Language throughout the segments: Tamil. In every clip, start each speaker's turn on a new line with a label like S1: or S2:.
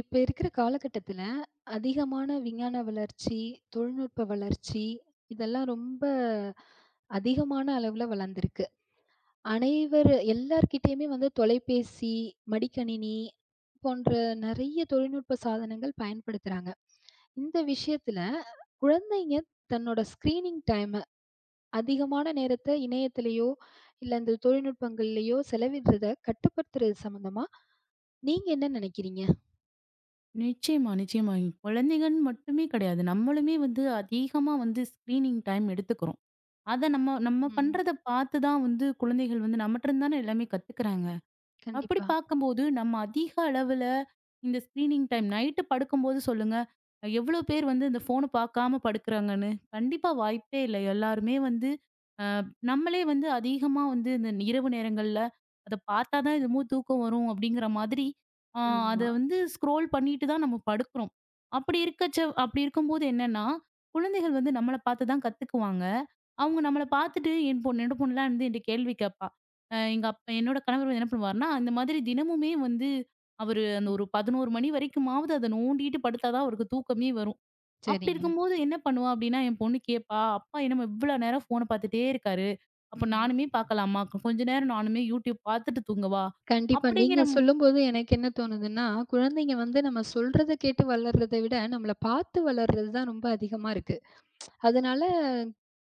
S1: இப்ப இருக்கிற காலகட்டத்துல, அதிகமான விஞ்ஞான வளர்ச்சி, தொழில்நுட்ப வளர்ச்சி இதெல்லாம் ரொம்ப அதிகமான அளவுல வளர்ந்திருக்கு. அனைவர் எல்லார்கிட்டயுமே வந்து தொலைபேசி, மடிக்கணினி போன்ற நெறைய தொழில்நுட்ப சாதனங்கள் பயன்படுத்துறாங்க. இந்த விஷயத்துல குழந்தைங்க தன்னோட ஸ்க்ரீனிங் டைம அதிகமான நேரத்த இணையத்திலயோ, இல்ல இந்த தொழில்நுட்பங்கள்லயோ செலவிடுறத கட்டுப்படுத்துறது சம்மந்தமா நீங்க என்ன நெனைக்கிறீங்க?
S2: நிச்சயமா, நிச்சயமா. இங்க குழந்தைங்கன்னு மட்டுமே கிடையாது. நம்மளுமே வந்து அதிகமா வந்து ஸ்க்ரீனிங் டைம் எடுத்துக்கிறோம். அத நம்ம நம்ம
S1: ம்.
S2: பண்றத பார்த்து தான் வந்து குழந்தைகள் வந்து நம்மட்டருந்து தானே எல்லாமே கத்துக்கிறாங்க. அப்படி
S1: கண்டிப்பா.
S2: பார்க்கும்போது, நம்ம அதிக அளவுல இந்த ஸ்க்ரீனிங் டைம் நைட்டு படுக்கும்போது சொல்லுங்க, எவ்வளோ பேர் வந்து இந்த ஃபோன பார்க்காம படுக்குறாங்கன்னு? கண்டிப்பா வாய்ப்பே இல்ல. எல்லாருமே வந்து அ நம்மளே வந்து அதிகமா வந்து இந்த இரவு நேரங்கள்ல அத பார்த்தா தான் என்னமோ தூக்கம் வரும் அப்படிங்கிற மாதிரி, அ அத
S1: ஆமா.
S2: வந்து ஸ்க்ரோல் பண்ணிட்டு தான் நம்ம படுக்குறோம். அப்படி இருக்கச்ச அப்படி இருக்கும்போது என்னன்னா, குழந்தைகள் வந்து நம்மள பார்த்து தான் கத்துக்குவாங்க. அவங்க நம்மள பார்த்துட்டு என் பொண்ணு, என்னோட பொண்ணுலாம் வந்து என்ட்ட கேள்வி கேப்பா. எங்க அப்பா என்னோட கணவர் வந்து என்ன பண்ணுவாருன்னா, அந்த மாதிரி தினமுமே வந்து அவரு அந்த
S1: ம்.
S2: ஒரு 11 மணி வரைக்குமாவது அத நோண்டிட்டு படுத்தா தான் அவருக்கு தூக்கமே வரும். அப்படி
S1: சரிங்க.
S2: இருக்கும்போது என்ன பண்ணுவா அப்படின்னா, என் பொண்ணு கேட்பா, "அப்பா என்னம்மா இவ்வளோ நேரம் ஃபோன பார்த்துட்டே இருக்காரு. அப்ப
S1: ம்.
S2: நானுமே பார்க்கலாமா? கொஞ்ச நேரம் நானுமே YouTube பார்த்துட்டு தூங்கவா?"
S1: கண்டிப்பா.
S2: அப்படிங்கிற
S1: நீங்க
S2: ம-
S1: சொல்லும்போது எனக்கு என்ன தோணுதுன்னா, குழந்தைங்க வந்து நம்ம சொல்றத கேட்டு வளர்றத விட, நம்மள பார்த்து வளர்றது தான் ரொம்ப அதிகமா இருக்கு. அதனால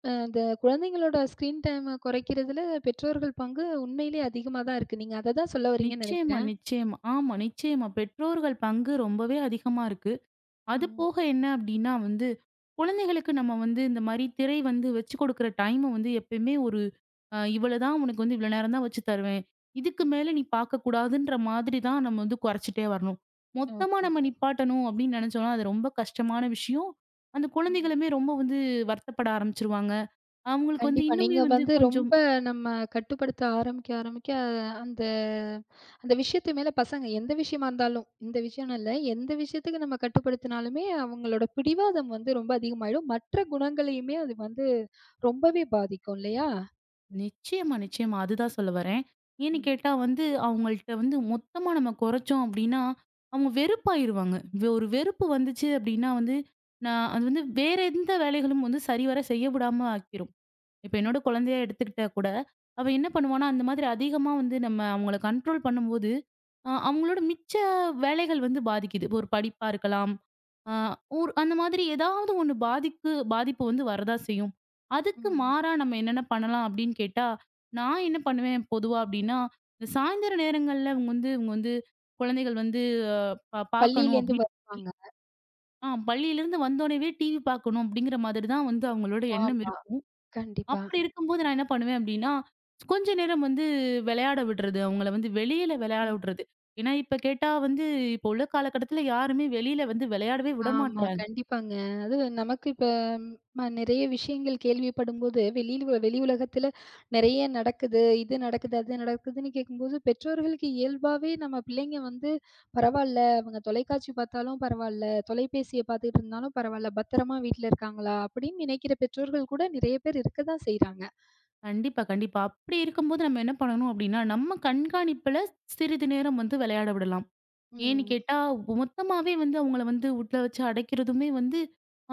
S1: இந்த குழந்தைங்களோட ஸ்க்ரீன் டைம குறைக்கிறதுல பெற்றோர்கள் பங்கு உண்மையிலேயே அதிகமா தான் இருக்கு. நீங்க அத தான் சொல்ல வரீங்கன்னு
S2: நிச்சயமா,
S1: நெனைக்கிறேன்.
S2: நிச்சயமா. ஆமா, நிச்சயமா. பெற்றோர்கள் பங்கு ரொம்பவே அதிகமா இருக்கு. அது
S1: ம்.
S2: போக என்ன அப்டின்னா வந்து, குழந்தைகளுக்கு நம்ம வந்து இந்த மாரி திரை வந்து வச்சு குடுக்குற டைம வந்து எப்பயுமே ஒரு இவ்வளதான் உனக்கு வந்து இவ்வளோ நேரம் தான் வச்சு தருவேன். இதுக்கு மேல நீ பார்க்கக்கூடாதுன்ற மாதிரி தான் நம்ம வந்து குறைச்சிட்டே வரணும். மொத்தமா
S1: ஓகே.
S2: நம்ம நிப்பாட்டணும் அப்டின்னு நெனச்சோம்னா, அது ரொம்ப கஷ்டமான விஷயம். அந்த
S1: ம்.
S2: குழந்தைகளுமே ரொம்ப வந்து வருத்தப்பட ஆரம்பிச்சுருவாங்க. அவங்களுக்கு வந்து
S1: கண்டிப்பா.
S2: இன்னுமே
S1: நீங்க
S2: வந்து
S1: வந்து
S2: கொஞ்சம்
S1: ரொம்ப நம்ம கட்டுப்படுத்த ஆரம்பிக்க, ஆரம்பிக்க அந்த அந்த விஷயத்து மேல பசங்க எந்த விஷயமா இருந்தாலும், இந்த விஷயம்னு இல்ல. எந்த விஷயத்துக்கு நம்ம கட்டுப்படுத்தினாலுமே அவங்களோட பிடிவாதம் வந்து ரொம்ப அதிகமாயிடும். மற்ற குணங்களையுமே அது வந்து ரொம்பவே பாதிக்கும் இல்லையா?
S2: நிச்சயமா, நிச்சயமா. அதுதான் சொல்ல வரேன். ஏன்னு
S1: ம்,
S2: கேட்டா வந்து, அவங்கள்ட்ட வந்து மொத்தமா நம்ம குறைச்சோம் அப்டின்னா, அவங்க வெறுப்பாயிருவாங்க. ஒரு வெறுப்பு வந்துச்சு அப்டின்னா வந்து, நான் அது வந்து வேற எந்த வேலைகளும் வந்து சரிவர செய்ய விடாம ஆக்கிரும். இப்ப என்னோட குழந்தையா எடுத்துக்கிட்டா கூட, அவ என்ன பண்ணுவான்னா, அந்த மாதிரி அதிகமா வந்து நம்ம அவங்கள கண்ட்ரோல் பண்ணும்போது, அவங்களோட மிச்ச வேலைகள் வந்து பாதிக்குது. இப்ப ஒரு படிப்பா இருக்கலாம். அ ஒரு அந்த மாதிரி ஏதாவது ஒண்ணு பாதிப்பு வந்து வரதா செய்யும். அதுக்கு
S1: ம்,
S2: மாறா நம்ம என்னென்ன பண்ணலாம் அப்படின்னு கேட்டா, நான் என்ன பண்ணுவேன் பொதுவா அப்படின்னா, இந்த
S1: ம்.
S2: சாயந்தர நேரங்கள்ல இவங்க வந்து குழந்தைகள் வந்து அ பா பார்க்கணும்
S1: பள்ளியிலேருந்து
S2: அப்படி
S1: வருவாங்க.
S2: ஆ பள்ளியிலிருந்து வந்தோனவே டிவி பார்க்கணும் அப்படிங்கிற மாதிரி தான் வந்து அவங்களோட எண்ணம்
S1: ஆமா.
S2: இருக்கும்.
S1: கண்டிப்பா.
S2: அப்படி இருக்கும்போது நான் என்ன பண்ணுவேன் அப்படின்னா, கொஞ்ச நேரம் வந்து விளையாட விடுறது. அவங்கள வந்து வெளியில விளையாட
S1: ம்.
S2: விடுறது. ஏன்னா, இப்ப கேட்டா வந்து இப்போ உள்ள காலகட்டத்துல யாருமே வெளியில வந்து விளையாடவே
S1: ஆமா,
S2: விடமாட்றாங்க.
S1: கண்டிப்பாங்க. அதுவும் நமக்கு இப்ப நெறைய விஷயங்கள் கேள்விப்படும்போது, வெளி உலகத்துல நெறைய நடக்குது. இது நடக்குது, அது நடக்குதுன்னு கேட்கும்போது, பெற்றோர்களுக்கு இயல்பாவே நம்ம பிள்ளைங்க வந்து பரவால்ல, அவங்க தொலைக்காட்சி பார்த்தாலும் பரவால்ல, தொலைபேசிய பார்த்துக்கிட்டு இருந்தாலும் பரவால்ல, பத்திரமா வீட்ல இருக்காங்களா? அப்படின்னு நினைக்கிற பெற்றோர்கள் கூட நெறைய பேர் இருக்க தான் செய்றாங்க.
S2: கண்டிப்பா, கண்டிப்பா. அப்படி இருக்கும்போது நம்ம என்ன பண்ணணும் அப்படின்னா, நம்ம கண்காணிப்புல சிறிது நேரம் வந்து விளையாட விடலாம். ஏன்னு
S1: ம்.
S2: கேட்டா, மொத்தமாவே வந்து அவங்கள வந்து உட்ல வச்சு அடைக்கிறதுமே வந்து,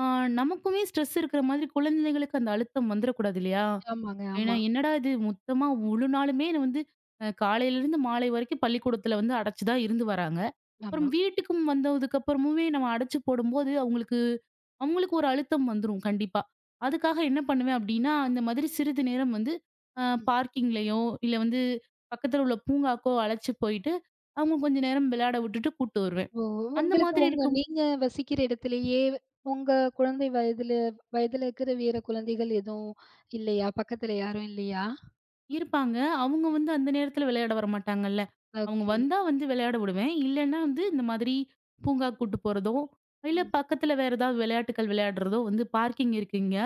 S2: ஆ நமக்குமே ஸ்ட்ரெஸ் இருக்கிற மாதிரி குழந்தைங்களுக்கு அந்த அழுத்தம் வந்துரக்கூடாது இல்லையா?
S1: ஆமாங்க.
S2: ஏன்னா,
S1: ஆமா,
S2: என்னடா இது மொத்தமா முழு நாளுமே நான் வந்து காலையிலருந்து மாலை வரைக்கும் பள்ளிக்கூடத்துல வந்து அடைச்சு தான் இருந்து வராங்க. அப்புறம்
S1: ஆமா.
S2: வீட்டுக்கும் வந்ததுக்கு அப்புறமுமே நம்ம அடைச்சு போடும்போது, அவங்களுக்கு அவங்களுக்கு ஒரு அழுத்தம் வந்துரும் கண்டிப்பா. அதுக்காக என்ன பண்ணுவேன் அப்டின்னா, இந்த மாதிரி சிறிது நேரம் வந்து அ பார்க்கிங்லயோ, இல்ல வந்து பக்கத்துல உள்ள பூங்காக்கோ அழைச்சு போயிட்டு, அவங்க கொஞ்ச நேரம் விளையாட விட்டுட்டு கூட்டு வருவேன்.
S1: ஓ!
S2: அந்த
S1: உங்களுக்கு
S2: மாதிரி
S1: உங்க
S2: இருக்கும்
S1: நீங்க வசிக்கிற இடத்திலேயே உங்க குழந்தை வயதில வயதில இருக்கிற வேற குழந்தைகள் எதுவும் இல்லையா? பக்கத்துல யாரும் இல்லையா?
S2: இருப்பாங்க. அவங்க வந்து அந்த நேரத்துல விளையாட வரமாட்டாங்கல்ல. அவங்க
S1: ஓகே.
S2: வந்தா வந்து விளையாட விடுவேன். இல்லன்னா வந்து இந்த மாதிரி பூங்காக்கு கூட்டு போறதோ, இல்ல
S1: ம்,
S2: பக்கத்துல வேற ஏதாவது விளையாட்டுக்கள் விளையாடுறதோ வந்து பார்க்கிங் இருக்கு இங்க.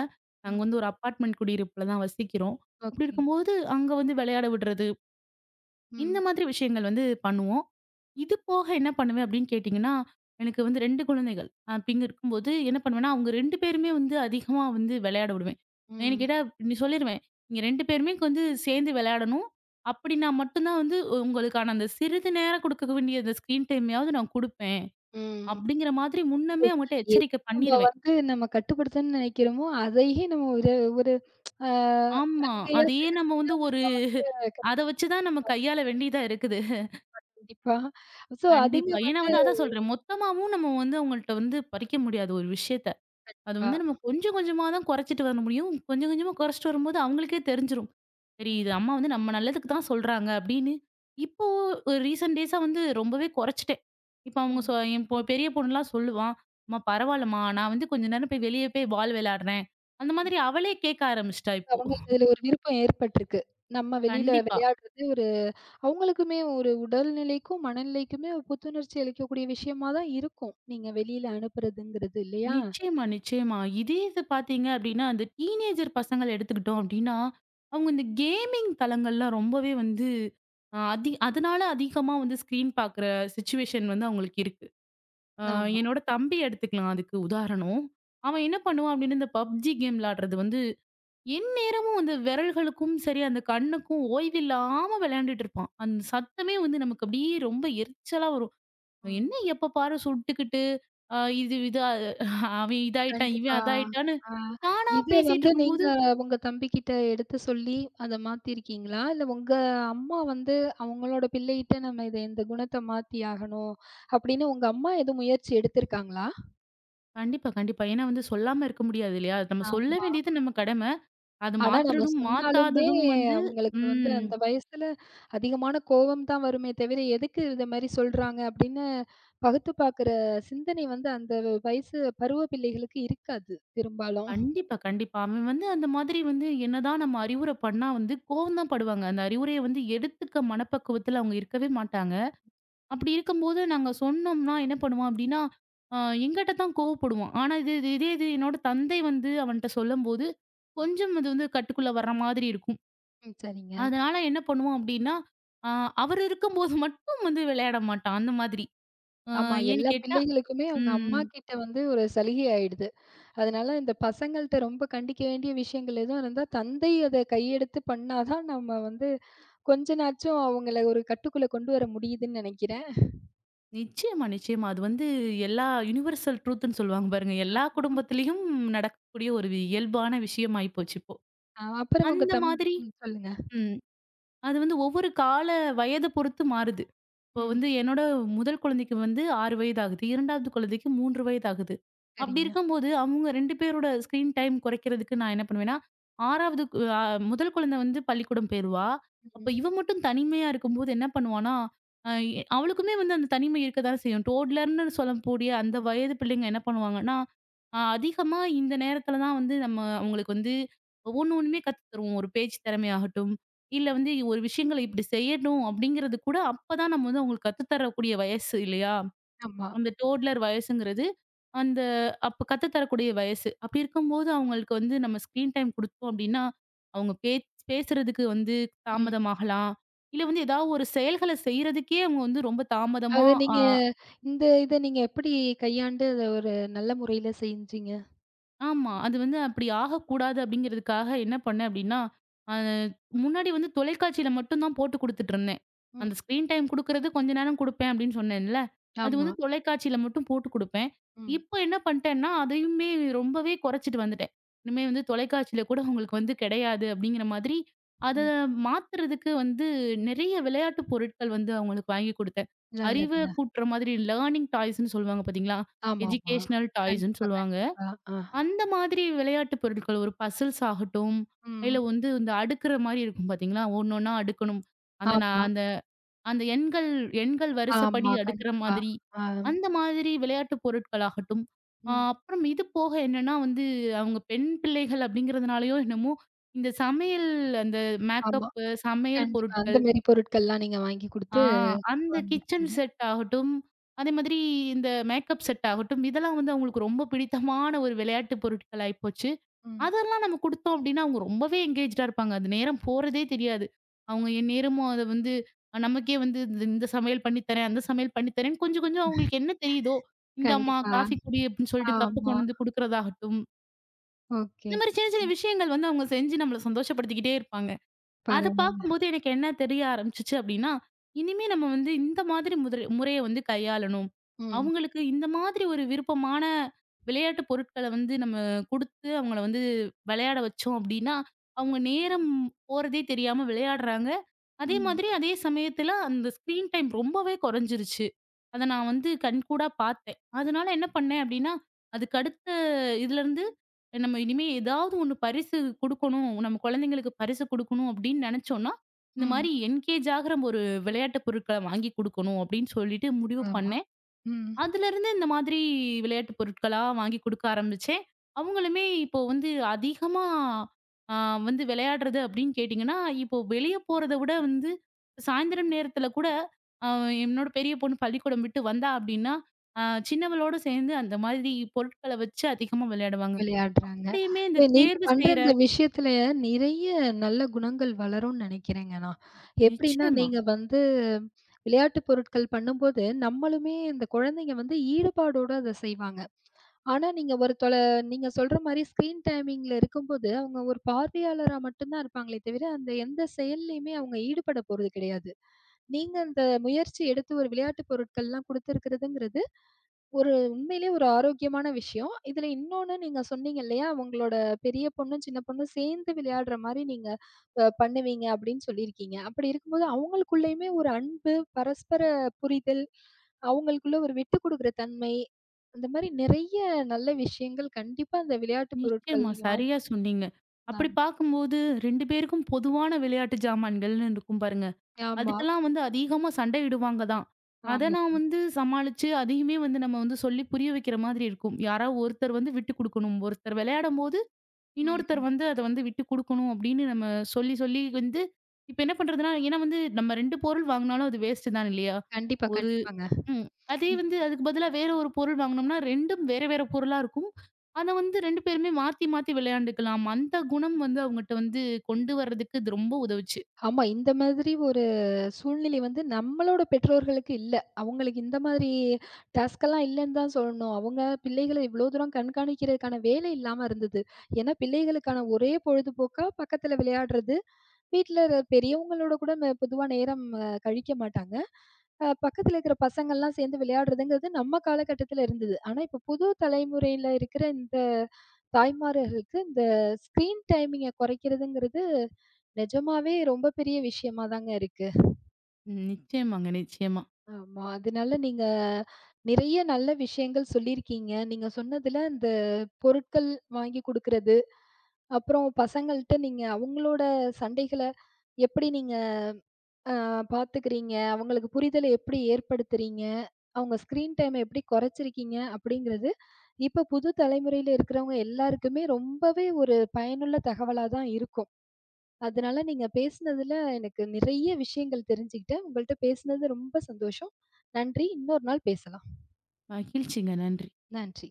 S2: நாங்க
S1: ம்.
S2: வந்து ஒரு அப்பார்ட்மெண்ட் குடியிருப்புல தான் வசிக்கிறோம். அப்படி
S1: ஓகே.
S2: இருக்கும்போது, அங்க வந்து விளையாட விடுறது. இந்த
S1: ம்,
S2: மாதிரி விஷயங்கள் வந்து பண்ணுவோம். இது போக என்ன பண்ணுவேன் அப்படின்னு கேட்டீங்கன்னா, எனக்கு வந்து 2 குழந்தைகள். அப்டிங்க இருக்கும்போது என்ன பண்ணுவேன்னா, அவங்க 2 பேருமே வந்து அதிகமா வந்து விளையாட விடுவேன். ஏன்னு
S1: ம்,
S2: கேட்டா இப்டி சொல்லிருவேன். நீங்க 2 பேருமே வந்து சேர்ந்து விளையாடணும். அப்படின்னா மட்டும் தான் வந்து உங்களுக்கான அந்த சிறிது நேரம் குடுக்க வேண்டிய அந்த ஸ்க்ரீன் டைமையாவது நான் குடுப்பேன்.
S1: ம்.
S2: அப்படிங்கிற மாதிரி முன்னமே அவங்கட்ட
S1: எது
S2: எச்சரிக்கை
S1: நம்ம
S2: பண்ணிருவேன்.
S1: வந்து நம்ம கட்டுப்படுத்தணும்னு நினைக்கிறோமோ, அதையே நம்ம ஒரு ஒரு அ
S2: ஆமா.
S1: சலுகையா
S2: அதையே
S1: செலுத்த
S2: நம்ம வந்து ஒரு அத வச்சு தான் நம்ம கையாள வேண்டியதா இருக்குது.
S1: கண்டிப்பா. ஸோ அதுங்க
S2: கண்டிப்பா. ஏன்னா
S1: வந்து
S2: வந்து அதான் சொல்றேன். மொத்தமாவும் நம்ம வந்து அவங்கள்ட்ட வந்து பறிக்க முடியாது ஒரு விஷயத்த. அது
S1: கண்டிப்பா.
S2: வந்து நம்ம கொஞ்சம் கொஞ்சமா தான் குறைச்சிட்டு வர முடியும். கொஞ்சம் கொஞ்சமா குறைச்சிட்டு வரும்போது அவங்களுக்கே தெரிஞ்சிரும். சரி
S1: ம்,
S2: இது அம்மா வந்து நம்ம நல்லதுக்கு தான் சொல்றாங்க அப்படின்னு. இப்போ ஒரு ரீசென்ட் டேஸா வந்து ரொம்பவே குறைச்சிட்டேன். இப்ப அவங்க
S1: ம்,
S2: சொ என் பொ பெரிய பொண்ணுலாம் சொல்லுவா, "அம்மா பரவாயில்லம்மா. நான் வந்து கொஞ்ச நேரம் போய் வெளியே போய் பால் விளையாடுறேன்." அந்த
S1: ம்.
S2: மாதிரி அவளே கேட்க ஆரம்பிச்சுட்டா இப்போ.
S1: அவங்களுக்கு இதுல ஒரு விருப்பம் ஏற்பட்டுருக்கு. நம்ம வெளியில
S2: கண்டிப்பா.
S1: விளையாடுறது அவங்களுக்குமே ஒரு உடல்நிலைக்கும், மனநிலைக்குமே ஒரு புத்துணர்ச்சி அளிக்கக்கூடிய விஷயமா தான் இருக்கும். நீங்க வெளியில அனுப்புறதுங்கிறது இல்லையா?
S2: நிச்சயமா, நிச்சயமா. இதே இது பார்த்தீங்க அப்டின்னா, அந்த டீனேஜர் பசங்கள எடுத்துக்கிட்டோம் அப்டின்னா, அவங்க இந்த கேமிங் தளங்கள்லாம் ரொம்பவே வந்து அ அதி அதனால அதிகமா வந்து ஸ்க்ரீன் பார்க்குற சிச்சுவேஷன் வந்து அவங்களுக்கு இருக்கு. அ
S1: ஆமா.
S2: என்னோட தம்பி எடுத்துக்கலாம் அதுக்கு உதாரணம். அவன் என்ன பண்ணுவான் அப்டின்னா, இந்த PUBG கேம் விளையாடுறது வந்து எந்நேரமும் அந்த விரல்களுக்கும் சரி, அந்த கண்ணுக்கும் ஓய்வில்லாம விளையாண்டுட்டு இருப்பான். அந்த சத்தமே வந்து நமக்கு அப்டியே ரொம்ப எரிச்சலா வரும். என்ன
S1: ம்.
S2: எப்ப பாரு சுட்டுக்கிட்டு, அ இது இதா அவன் இதாயிட்டான், இவன்
S1: கண்டிப்பா.
S2: அதாயிட்டான்னு
S1: ஆ
S2: தானா
S1: இத
S2: பேசிட்டு
S1: வந்து நீங்க
S2: இருக்கும்போது
S1: உங்க தம்பிகிட்ட எடுத்து சொல்லி அத மாத்திருக்கீங்களா? இல்ல உங்க அம்மா வந்து அவங்களோட பிள்ளைகிட்ட நம்ம இந்த குணத்த மாத்தி ஆகணும் அப்படின்னு உங்க அம்மா எதுவும் முயற்சி எடுத்திருக்காங்களா?
S2: கண்டிப்பா, கண்டிப்பா. ஏன்னா வந்து சொல்லாம இருக்க முடியாது இல்லையா? நம்ம சொல்ல
S1: ஆமா.
S2: வேண்டியது நம்ம கடமை. அது
S1: ஆனா, நம்ம
S2: மாத்துறதும்,
S1: சொன்னாலுமே
S2: மாத்தாததும் வந்து
S1: அவங்களுக்கு வந்து
S2: ம்.
S1: அந்த வயசுல அதிகமான கோவம் தான் வருமே தவிர, எதுக்கு இத மாரி சொல்றாங்க அப்படின்னு பகுத்து பாக்குற சிந்தனை வந்து அந்த வயசு பருவ பிள்ளைகளுக்கு இருக்காது பெரும்பாலும்.
S2: கண்டிப்பா, கண்டிப்பா. அவன் வந்து அந்த மாதிரி வந்து என்னதான் நம்ம அறிவுரை பண்ணா வந்து கோவம் தான் படுவாங்க. அந்த அறிவுரைய வந்து எடுத்துக்க மனப்பக்குவத்துல அவங்க இருக்கவே மாட்டாங்க. அப்படி இருக்கும்போது நாங்க சொன்னோம்னா என்ன பண்ணுவான் அப்படின்னா, அ எங்கிட்ட தான் கோவப்படுவான். ஆனா இது இது இதே இது என்னோட தந்தை வந்து அவன்ட்ட சொல்லும்போது கொஞ்சம் அது வந்து கட்டுக்குள்ள வர்ற மாதிரி இருக்கும்.
S1: ம் சரிங்க.
S2: அதனால என்ன பண்ணுவோம் அப்டின்னா, அ அவர் இருக்கும்போது மட்டும் வந்து விளையாட மாட்டான். அந்த மாதிரி. அ
S1: ஆமா
S2: ஏன்னு
S1: எல்லா
S2: கேட்டா
S1: பிள்ளைகளுக்குமே அவங்க அம்மா
S2: ம்.
S1: கிட்ட வந்து ஒரு சலுகை ஆயிடுது. அதனால இந்த பசங்கள்ட்ட ரொம்ப கண்டிக்க வேண்டிய விஷயங்கள் எதுவும் இருந்தா, தந்தை அத கையெடுத்து பண்ணா தான் நம்ம வந்து கொஞ்ச நாச்சும் அவங்கள ஒரு கட்டுக்குள்ள கொண்டு வர முடியுதுன்னு நெனைக்கிறேன்.
S2: நிச்சயமா, நிச்சயமா. அது வந்து எல்லா யுனிவர்சல் ட்ரூத்ன்னு சொல்லுவாங்க பாருங்க. எல்லா குடும்பத்திலயும் நடக்கக்கூடிய ஒரு இயல்பான விஷயம் ஆயிப்போச்சு இப்போ.
S1: அ அப்புறம் உங்க
S2: அந்த
S1: தம்
S2: மாதிரி
S1: ம் சொல்லுங்க.
S2: ம். அது வந்து ஒவ்வொரு கால வயத பொறுத்து மாறுது. இப்போ
S1: ம்.
S2: வந்து என்னோட முதல் குழந்தைக்கு வந்து 6 வயது ஆகுது. 2வது குழந்தைக்கு 3 வயது ஆகுது. அப்படி
S1: சரிங்க.
S2: இருக்கும்போது, அவங்க 2 பேரோட ஸ்க்ரீன் டைம் குறைக்கிறதுக்கு நான் என்ன பண்ணுவேன்னா, 6வது கு அ முதல் குழந்தை வந்து பள்ளிக்கூடம் போயிருவா. அப்ப
S1: ம்.
S2: இவ மட்டும் தனிமையா இருக்கும்போது என்ன பண்ணுவான்னா, அ எ அவளுக்குமே வந்து அந்த தனிமை இருக்க தானே செய்யும். டோட்லர்ன்னு சொல்லக்கூடிய அந்த வயது பிள்ளைங்க என்ன பண்ணுவாங்கன்னா, அதிகமா இந்த நேரத்தில தான் வந்து நம்ம அவங்களுக்கு வந்து ஒண்ணுமே கத்து தருவோம். ஒரு பேச்சு திறமையாகட்டும், இல்ல வந்து ஒரு விஷயங்கள இப்படி செய்யணும் அப்படிங்கிறது கூட அப்பதான் நம்ம வந்து அவங்களுக்கு கத்து தரக்கூடிய வயசு இல்லையா?
S1: ஆமா.
S2: அந்த டோட்லர் வயசுங்கிறது, அந்த அப்ப கத்து தரக்கூடிய வயசு. அப்படி இருக்கும்போது அவங்களுக்கு வந்து நம்ம ஸ்க்ரீன் டைம் குடுத்தோம் அப்படின்னா, அவங்க பேசுறதுக்கு வந்து
S1: ம்.
S2: தாமதமாகலாம். இல்ல வந்து ஏதாவது ஒரு செயல்கள செய்றதுக்கே அவங்க வந்து ரொம்ப தாமதமா
S1: அத
S2: ஆ
S1: நீங்க இந்த இத நீங்க எப்படி கையாண்டு அத ஒரு நல்ல முறையில செஞ்சீங்க?
S2: ஆமா. அது வந்து அப்படி ஆகக்கூடாது அப்படிங்கிறதுக்காக என்ன பண்ணேன் அப்படின்னா, அ முன்னாடி வந்து தொலைக்காட்சியில மட்டும் தான் போட்டு குடுத்துட்டுருந்தேன்.
S1: ம்.
S2: அந்த ஸ்க்ரீன் டைம் குடுக்குறது கொஞ்ச நேரம் குடுப்பேன் அப்படின்னு சொன்னேன்ல. அது
S1: ஆமா.
S2: வந்து தொலைக்காட்சியில மட்டும் போட்டு குடுப்பேன்.
S1: ம்.
S2: இப்போ என்ன பண்ணிட்டேன்னா, அதையுமே ரொம்பவே குறைச்சிட்டு வந்துட்டேன். இனிமே வந்து தொலைக்காட்சியில கூட உங்களுக்கு வந்து கிடையாது அப்படிங்கிற மாதிரி, அத
S1: ம்.
S2: மாத்துறதுக்கு வந்து நிறைய விளையாட்டு பொருட்கள் வந்து அவங்களுக்கு வாங்கி குடுத்தேன். அறிவ
S1: நல்லதுங்க.
S2: கூட்டுற மாதிரி லேர்னிங் டாய்ஸ்ன்னு சொல்லுவாங்க பார்த்தீங்களா?
S1: ஆமாமா.
S2: எஜுகேஷனல் டாய்ஸ்ன்னு
S1: கண்டிப்பா,
S2: சொல்லுவாங்க.
S1: கண்டிப்பா. ஆ.
S2: அந்த மாதிரி விளையாட்டு பொருட்கள் ஒரு பசில்ஸ் ஆகட்டும்,
S1: ம்.
S2: இல்ல வந்து இந்த அடுக்குற மாரி இருக்கும் பார்த்தீங்களா? ஒன்னொன்னா அடுக்கணும். அந்த நான்
S1: ஆமா,
S2: அந்த அந்த எண்கள் எண்கள் வரிசைப்படி
S1: ஆமா.
S2: அடுக்குற
S1: கண்டிப்பா.
S2: மாதிரி,
S1: ஆ.
S2: அந்த மாதிரி விளையாட்டு பொருட்களாகட்டும்.
S1: ம்.
S2: அப்புறம் இது போக என்னன்னா வந்து, அவங்க பெண் பிள்ளைகள் அப்படிங்கிறதுனாலயோ என்னமோ, இந்த சமையல் அந்த
S1: ஆமா.
S2: மேக்கப்பு, சமையல்
S1: கண்டிப்பா. அந்த
S2: பொருட்கள்
S1: மாரி பொருட்கள்லாம் நீங்க வாங்கி
S2: ஆ
S1: குடுத்து
S2: அந்த கிச்சன்
S1: வந்திருக்கீங்க.
S2: செட் ஆகட்டும், அதே மாதிரி இந்த மேக்கப் செட் ஆகட்டும், இதெல்லாம் வந்து அவங்களுக்கு ரொம்ப பிடித்தமான ஒரு விளையாட்டு பொருட்கள் ஆயிப்போச்சு.
S1: ம்.
S2: அதெல்லாம் நம்ம குடுத்தோம் அப்டின்னா, அவங்க ரொம்பவே என்கேஜ்டா இருப்பாங்க. அது நேரம் போறதே தெரியாது. அவங்க எந்நேரமும் அத வந்து நமக்கே வந்து இந்த இந்த சமையல் பண்ணி தரேன், அந்த சமையல் பண்ணி தரேன்னு கொஞ்சம் கொஞ்சம் அவங்களுக்கு என்ன தெரியுதோ, இந்தாம்மா
S1: கண்டிப்பா.
S2: காஃபி குடி அப்டின்னு சொல்லிட்டு கப்பு
S1: ஆமா.
S2: கொண்டு வந்து குடுக்குறதாகட்டும்.
S1: ஓகே.
S2: இந்த மாரி சின்ன சின்ன
S1: ம்.
S2: விஷயங்கள் வந்து அவங்க செஞ்சு நம்மள சந்தோஷப்படுத்திக்கிட்டே இருப்பாங்க. அத
S1: பரவால்ல.
S2: பார்க்கும்போது எனக்கு என்ன தெரிய ஆரம்பிச்சுச்சு அப்படின்னா, இனிமே நம்ம வந்து இந்த மாதிரி முதல் முறைய வந்து கையாளணும்.
S1: ம்.
S2: அவங்களுக்கு இந்த மாதிரி ஒரு விருப்பமான விளையாட்டு பொருட்கள வந்து நம்ம குடுத்து அவங்கள வந்து விளையாட வச்சோம் அப்படின்னா, அவங்க நேரம் போறதே தெரியாம விளையாடுறாங்க. அதே
S1: ம்.
S2: மாதிரி அதே சமயத்துல அந்த ஸ்க்ரீன் டைம் ரொம்பவே குறைஞ்சிருச்சு. அத நான் வந்து கண்கூடா பார்த்தேன். அதனால என்ன பண்ணேன் அப்படின்னா, அதுக்கு அடுத்த இதுலருந்து நம்ம இனிமே ஏதாவது ஒண்ணு பரிசு குடுக்கணும். நம்ம குழந்தைங்களுக்கு பரிசு குடுக்கணும் அப்படின்னு நெனச்சோம்னா, இந்த
S1: ம்.
S2: மாரி என்கேஜ் ஆகுற ஒரு விளையாட்டு பொருட்கள வாங்கி குடுக்கணும் அப்படின்னு சொல்லிட்டு முடிவு
S1: ஆமா.
S2: பண்ணேன்.
S1: ம்.
S2: அதுலருந்து இந்த மாதிரி விளையாட்டு பொருட்களா வாங்கி குடுக்க ஆரம்பிச்சேன். அவங்களுமே இப்போ வந்து அதிகமா ஆ வந்து விளையாடுறது அப்படின்னு கேட்டீங்கன்னா, இப்போ வெளிய போறத விட வந்து சாயந்தரம் நேரத்துல கூட அ என்னோட பெரிய பொண்ணு பள்ளிக்கூடம் விட்டு வந்தா அப்படின்னா, அ சின்னவளோட சேர்ந்து அந்த மாதிரி பொருட்கள வச்சு அதிகமா விளையாடுவாங்க.
S1: விளையாடுறாங்க.
S2: அப்படியுமே இந்த
S1: இது நீங்க
S2: தேர்வு
S1: பண்ற
S2: செய்ற
S1: இந்த விஷயத்துல நிறைய நல்ல குணங்கள் வளரும்னு நெனைக்கிறேங்க நான். எப்படின்னா,
S2: நிச்சயமா,
S1: நீங்க வந்து விளையாட்டு பொருட்கள் பண்ணும்போது, நம்மளுமே இந்த குழந்தைங்க வந்து ஈடுபாடோட அத செய்வாங்க. ஆனா நீங்க ஒரு தொல நீங்க சொல்ற மாரி ஸ்க்ரீன் டைமிங்ல இருக்கும்போது, அவங்க ஒரு பார்வையாளரா மட்டும் தான் இருப்பாங்களே தவிர, அந்த எந்த செயல்லயுமே அவங்க ஈடுபட போறது கிடையாது. நீங்க அந்த முயற்சி எடுத்து ஒரு விளையாட்டு பொருட்கள்லாம் குடுத்துருக்கிறதுங்கிறது ஒரு உண்மையிலேயே ஒரு ஆரோக்கியமான விஷயம். இதுல இன்னொன்னு நீங்க சொன்னீங்க இல்லையா? உங்களோட பெரிய பொண்ணும், சின்ன பொண்ணும் சேர்ந்து விளையாடுற மாரி நீங்க பண்ணுவீங்க அப்படின்னு சொல்லியிருக்கீங்க. அப்படி இருக்கும்போது அவங்களுக்குள்ளயுமே ஒரு அன்பு, பரஸ்பர புரிதல், அவங்களுக்குள்ள ஒரு விட்டுக் குடுக்குற தன்மை, அந்த மாரி நிறைய நல்ல விஷயங்கள் கண்டிப்பா அந்த விளையாட்டு பொருட்கள்
S2: நிச்சயமா.
S1: நீங்க
S2: சரியா சொன்னீங்க. அப்படி பார்க்கும்போது 2 பேருக்கும் பொதுவான விளையாட்டு ஜாமான்கள்னு இருக்கும் பாருங்க.
S1: ஆமா,
S2: அதுக்கெல்லாம் வந்து அதிகமா சண்டையிடுவாங்க தான். அத
S1: ஆமா.
S2: நான் வந்து சமாளிச்சு, அதையுமே வந்து நம்ம வந்து சொல்லி புரிய வைக்கிற மாதிரி இருக்கும். யாராவது ஒருத்தர் வந்து விட்டு குடுக்கணும். ஒருத்தர் விளையாடும்போது, இன்னொருத்தர்
S1: ம்.
S2: வந்து அத வந்து விட்டு குடுக்கணும் அப்படின்னு நம்ம சொல்லி வந்து இப்ப என்ன பண்றதுன்னா, ஏன்னா வந்து நம்ம 2 பொருள் வாங்குனாலும் அது வேஸ்ட் தான் இல்லையா?
S1: கண்டிப்பா,
S2: ஒரு
S1: கண்டிப்பாங்க.
S2: ம். அதே வந்து அதுக்கு பதிலா வேற ஒரு பொருள் வாங்குனோம்னா, 2ம் வேற வேற பொருளா இருக்கும். அத வந்து 2 பேருமே மாத்தி மாத்தி விளையாண்டுக்கலாம். அந்த குணம் வந்து அவங்கட்ட வந்து கொண்டு வர்றதுக்கு இது ரொம்ப உதவுச்சு.
S1: ஆமா. இந்த மாதிரி ஒரு சூழ்நிலை வந்து நம்மளோட பெற்றோர்களுக்கு இல்ல. அவங்களுக்கு இந்த மாதிரி டாஸ்க்கெல்லாம் இல்லன்னு தான் சொல்லணும். அவங்க பிள்ளைகள இவ்ளோ தூரம் கண்காணிக்கிறதுக்கான வேலை இல்லாம இருந்தது. ஏன்னா பிள்ளைகளுக்கான ஒரே பொழுதுபோக்கா பக்கத்துல விளையாடுறது, வீட்ல இரு பெரியவங்களோட கூட பொதுவா நேரம் கழிக்க மாட்டாங்க. பக்கத்துல இருக்கிற பசங்கள்லாம் சேர்ந்து விளையாடுறதுங்கிறது நம்ம காலகட்டத்துல இருந்தது. ஆனா இப்ப புது தலைமுறையில இருக்கிற இந்த தாய்மார்களுக்கு இந்த ஸ்க்ரீன் டைமிங்க குறைக்கிறதுங்கிறது நிஜமாவே ரொம்ப பெரிய விஷயமா தாங்க இருக்கு.
S2: ம். நிச்சயமாங்க, நிச்சயமா.
S1: ஆமா. அதனால நீங்க நிறைய நல்ல விஷயங்கள் சொல்லியிருக்கீங்க. நீங்க சொன்னதுல இந்த பொருட்கள் வாங்கி குடுக்குறது, அப்புறம் பசங்கள்ட்ட நீங்க அவங்களோட சண்டைகள எப்படி நீங்க அ பாத்துக்கிறீங்க? அவங்களுக்கு புரிதல எப்படி ஏற்படுத்துறீங்க? அவங்க ஸ்க்ரீன் டைம எப்படி குறைச்சிருக்கீங்க? அப்படிங்கிறது, இப்ப புது தலைமுறையில இருக்கிறவங்க எல்லாருக்குமே ரொம்பவே ஒரு பயனுள்ள தகவலா தான் இருக்கும். அதனால நீங்க பேசுனதுல எனக்கு நிறைய விஷயங்கள் தெரிஞ்சுக்கிட்டேன். உங்கள்ட்ட பேசுனது ரொம்ப சந்தோஷம். நன்றி. இன்னொரு நாள் பேசலாம்.
S2: மகிழ்ச்சிங்க. நன்றி.
S1: நன்றி.